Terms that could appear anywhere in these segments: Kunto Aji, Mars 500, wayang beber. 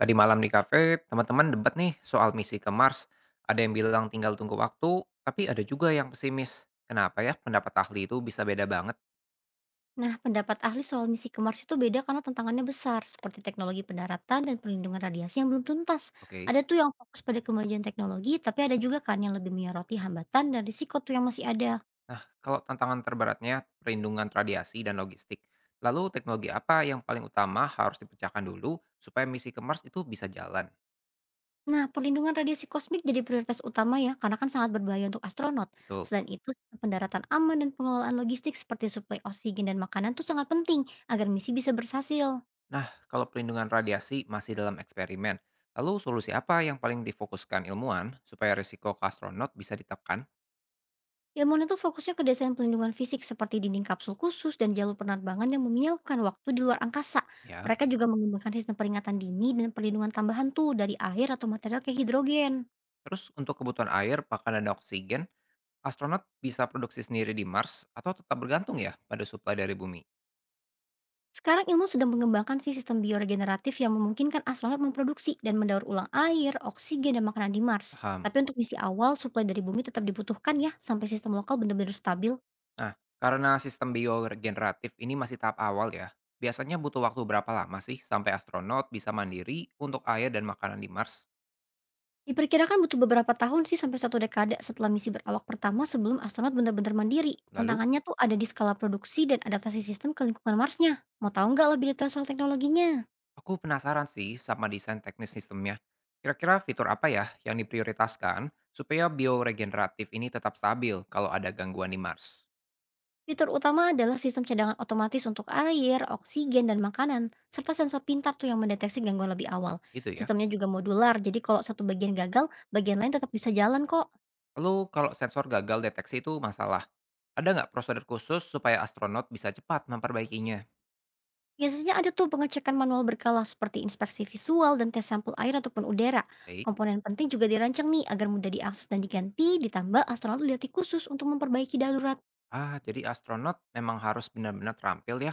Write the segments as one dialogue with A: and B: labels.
A: Tadi malam di kafe, teman-teman debat nih soal misi ke Mars. Ada yang bilang tinggal tunggu waktu, tapi ada juga yang pesimis. Kenapa ya pendapat ahli itu bisa beda banget?
B: Nah, pendapat ahli soal misi ke Mars itu beda karena tantangannya besar, seperti teknologi pendaratan dan perlindungan radiasi yang belum tuntas.
A: Oke.
B: Ada tuh yang fokus pada kemajuan teknologi, tapi ada juga kan yang lebih menyoroti hambatan dan risiko tuh yang masih ada.
A: Nah, kalau tantangan terberatnya perlindungan radiasi dan logistik. Lalu teknologi apa yang paling utama harus dipecahkan dulu supaya misi ke Mars itu bisa jalan?
B: Nah, perlindungan radiasi kosmik jadi prioritas utama ya, karena kan sangat berbahaya untuk astronot.
A: Betul.
B: Selain itu, pendaratan aman dan pengelolaan logistik seperti suplai oksigen dan makanan tuh sangat penting agar misi bisa berhasil.
A: Nah, kalau perlindungan radiasi masih dalam eksperimen, lalu solusi apa yang paling difokuskan ilmuwan supaya risiko ke astronot bisa ditekan?
B: Ilmuwan itu fokusnya ke desain pelindungan fisik seperti dinding kapsul khusus dan jalur penerbangan yang meminimalkan waktu di luar angkasa.
A: Ya.
B: Mereka juga mengembangkan sistem peringatan dini dan perlindungan tambahan tuh dari air atau material kayak hidrogen.
A: Terus untuk kebutuhan air, pakan, dan oksigen, astronot bisa produksi sendiri di Mars atau tetap bergantung ya pada suplai dari bumi?
B: Sekarang ilmu sedang mengembangkan sih sistem bioregeneratif yang memungkinkan astronot memproduksi dan mendaur ulang air, oksigen, dan makanan di Mars.
A: Paham.
B: Tapi untuk misi awal, suplai dari bumi tetap dibutuhkan ya, sampai sistem lokal benar-benar stabil.
A: Nah, karena sistem bioregeneratif ini masih tahap awal ya, biasanya butuh waktu berapa lama sih sampai astronot bisa mandiri untuk air dan makanan di Mars?
B: Diperkirakan butuh beberapa tahun sih sampai satu dekade setelah misi berawak pertama sebelum astronot benar-benar mandiri.
A: Lalu,
B: Tantangannya tuh ada di skala produksi dan adaptasi sistem ke lingkungan Marsnya. Mau tahu nggak lebih detail soal teknologinya?
A: aku penasaran sih sama desain teknis sistemnya. Kira-kira fitur apa ya yang diprioritaskan supaya bioregeneratif ini tetap stabil kalau ada gangguan di Mars?
B: Fitur utama adalah sistem cadangan otomatis untuk air, oksigen, dan makanan, serta sensor pintar tuh yang mendeteksi gangguan lebih awal.
A: Gitu ya.
B: Sistemnya juga modular, jadi kalau satu bagian gagal, bagian lain tetap bisa jalan kok.
A: Lalu kalau sensor gagal deteksi itu masalah, ada nggak prosedur khusus supaya astronot bisa cepat memperbaikinya?
B: Biasanya ada tuh pengecekan manual berkala seperti inspeksi visual dan tes sampel air ataupun udara.
A: Baik.
B: Komponen penting juga dirancang nih agar mudah diakses dan diganti, ditambah astronot dilatih khusus untuk memperbaiki darurat.
A: Ah, jadi astronot memang harus benar-benar terampil ya.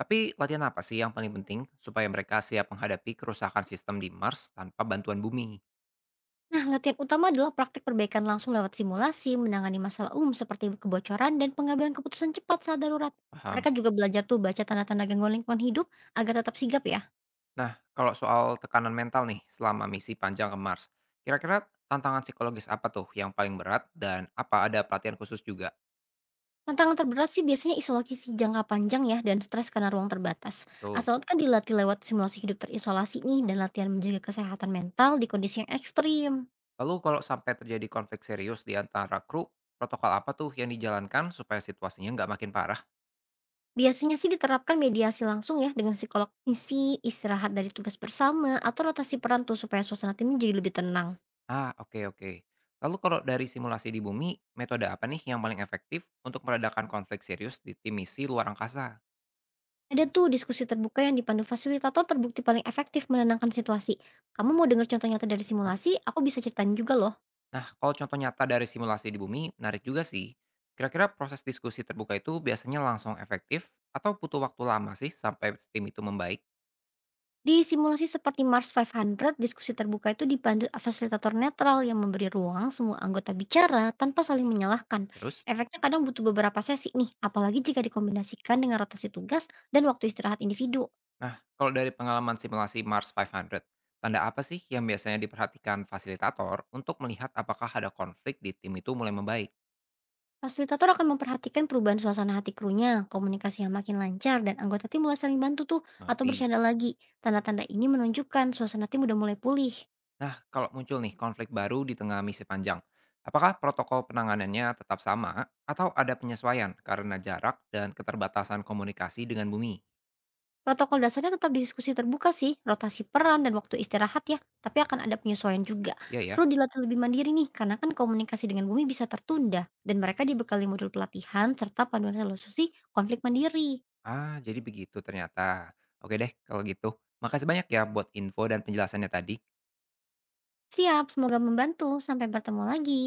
A: Tapi latihan apa sih yang paling penting supaya mereka siap menghadapi kerusakan sistem di Mars tanpa bantuan bumi?
B: Nah, latihan utama adalah praktik perbaikan langsung lewat simulasi, menangani masalah umum seperti kebocoran dan pengambilan keputusan cepat saat darurat.
A: Paham.
B: Mereka juga belajar tuh baca tanda-tanda gangguan lingkungan hidup agar tetap sigap ya.
A: Nah, kalau soal tekanan mental nih selama misi panjang ke Mars, kira-kira tantangan psikologis apa tuh yang paling berat dan apa ada pelatihan khusus juga?
B: Tantangan terberat sih biasanya isolasi jangka panjang ya dan stres karena ruang terbatas.
A: Betul.
B: Astronot kan dilatih lewat simulasi hidup terisolasi nih dan latihan menjaga kesehatan mental di kondisi yang ekstrim.
A: Lalu kalau sampai terjadi konflik serius di antara kru, protokol apa tuh yang dijalankan supaya situasinya nggak makin parah?
B: Biasanya sih diterapkan mediasi langsung ya dengan psikolog misi, istirahat dari tugas bersama, atau rotasi peran tuh supaya suasana timnya jadi lebih tenang.
A: Ah, oke oke. Lalu kalau dari simulasi di bumi, metode apa nih yang paling efektif untuk meredakan konflik serius di tim misi luar angkasa?
B: Ada tuh diskusi terbuka yang dipandu fasilitator terbukti paling efektif menenangkan situasi. Kamu mau dengar contoh nyata dari
A: Mhm.
B: simulasi? Aku bisa ceritain juga loh.
A: Nah, kalau contoh nyata dari simulasi di bumi, menarik juga sih. Kira-kira proses diskusi terbuka itu biasanya langsung efektif atau butuh waktu lama sih sampai tim itu membaik?
B: Di simulasi seperti Mars 500, diskusi terbuka itu dipandu fasilitator netral yang memberi ruang semua anggota bicara tanpa saling menyalahkan.
A: Terus?
B: Efeknya kadang butuh beberapa sesi nih, apalagi jika dikombinasikan dengan rotasi tugas dan waktu istirahat individu.
A: Nah, kalau dari pengalaman simulasi Mars 500, tanda apa sih yang biasanya diperhatikan fasilitator untuk melihat apakah ada konflik di tim itu mulai membaik?
B: Fasilitator akan memperhatikan perubahan suasana hati krunya, komunikasi yang makin lancar, dan anggota tim mulai saling bantu tuh atau
A: Mengerti?
B: bercanda lagi. Tanda-tanda ini menunjukkan suasana tim udah mulai pulih.
A: Nah, kalau muncul nih konflik baru di tengah misi panjang, apakah protokol penanganannya tetap sama atau ada penyesuaian karena jarak dan keterbatasan komunikasi dengan bumi?
B: Protokol dasarnya tetap diskusi terbuka sih, rotasi peran dan waktu istirahat ya, tapi akan ada penyesuaian juga.
A: Iya ya.
B: Kru dilatih lebih mandiri nih, karena kan komunikasi dengan bumi bisa tertunda, dan mereka dibekali modul pelatihan serta panduan solusi konflik mandiri.
A: Ah, jadi begitu ternyata. Oke deh, kalau gitu. Makasih banyak ya buat info dan penjelasannya tadi.
B: Siap, semoga membantu. Sampai bertemu lagi.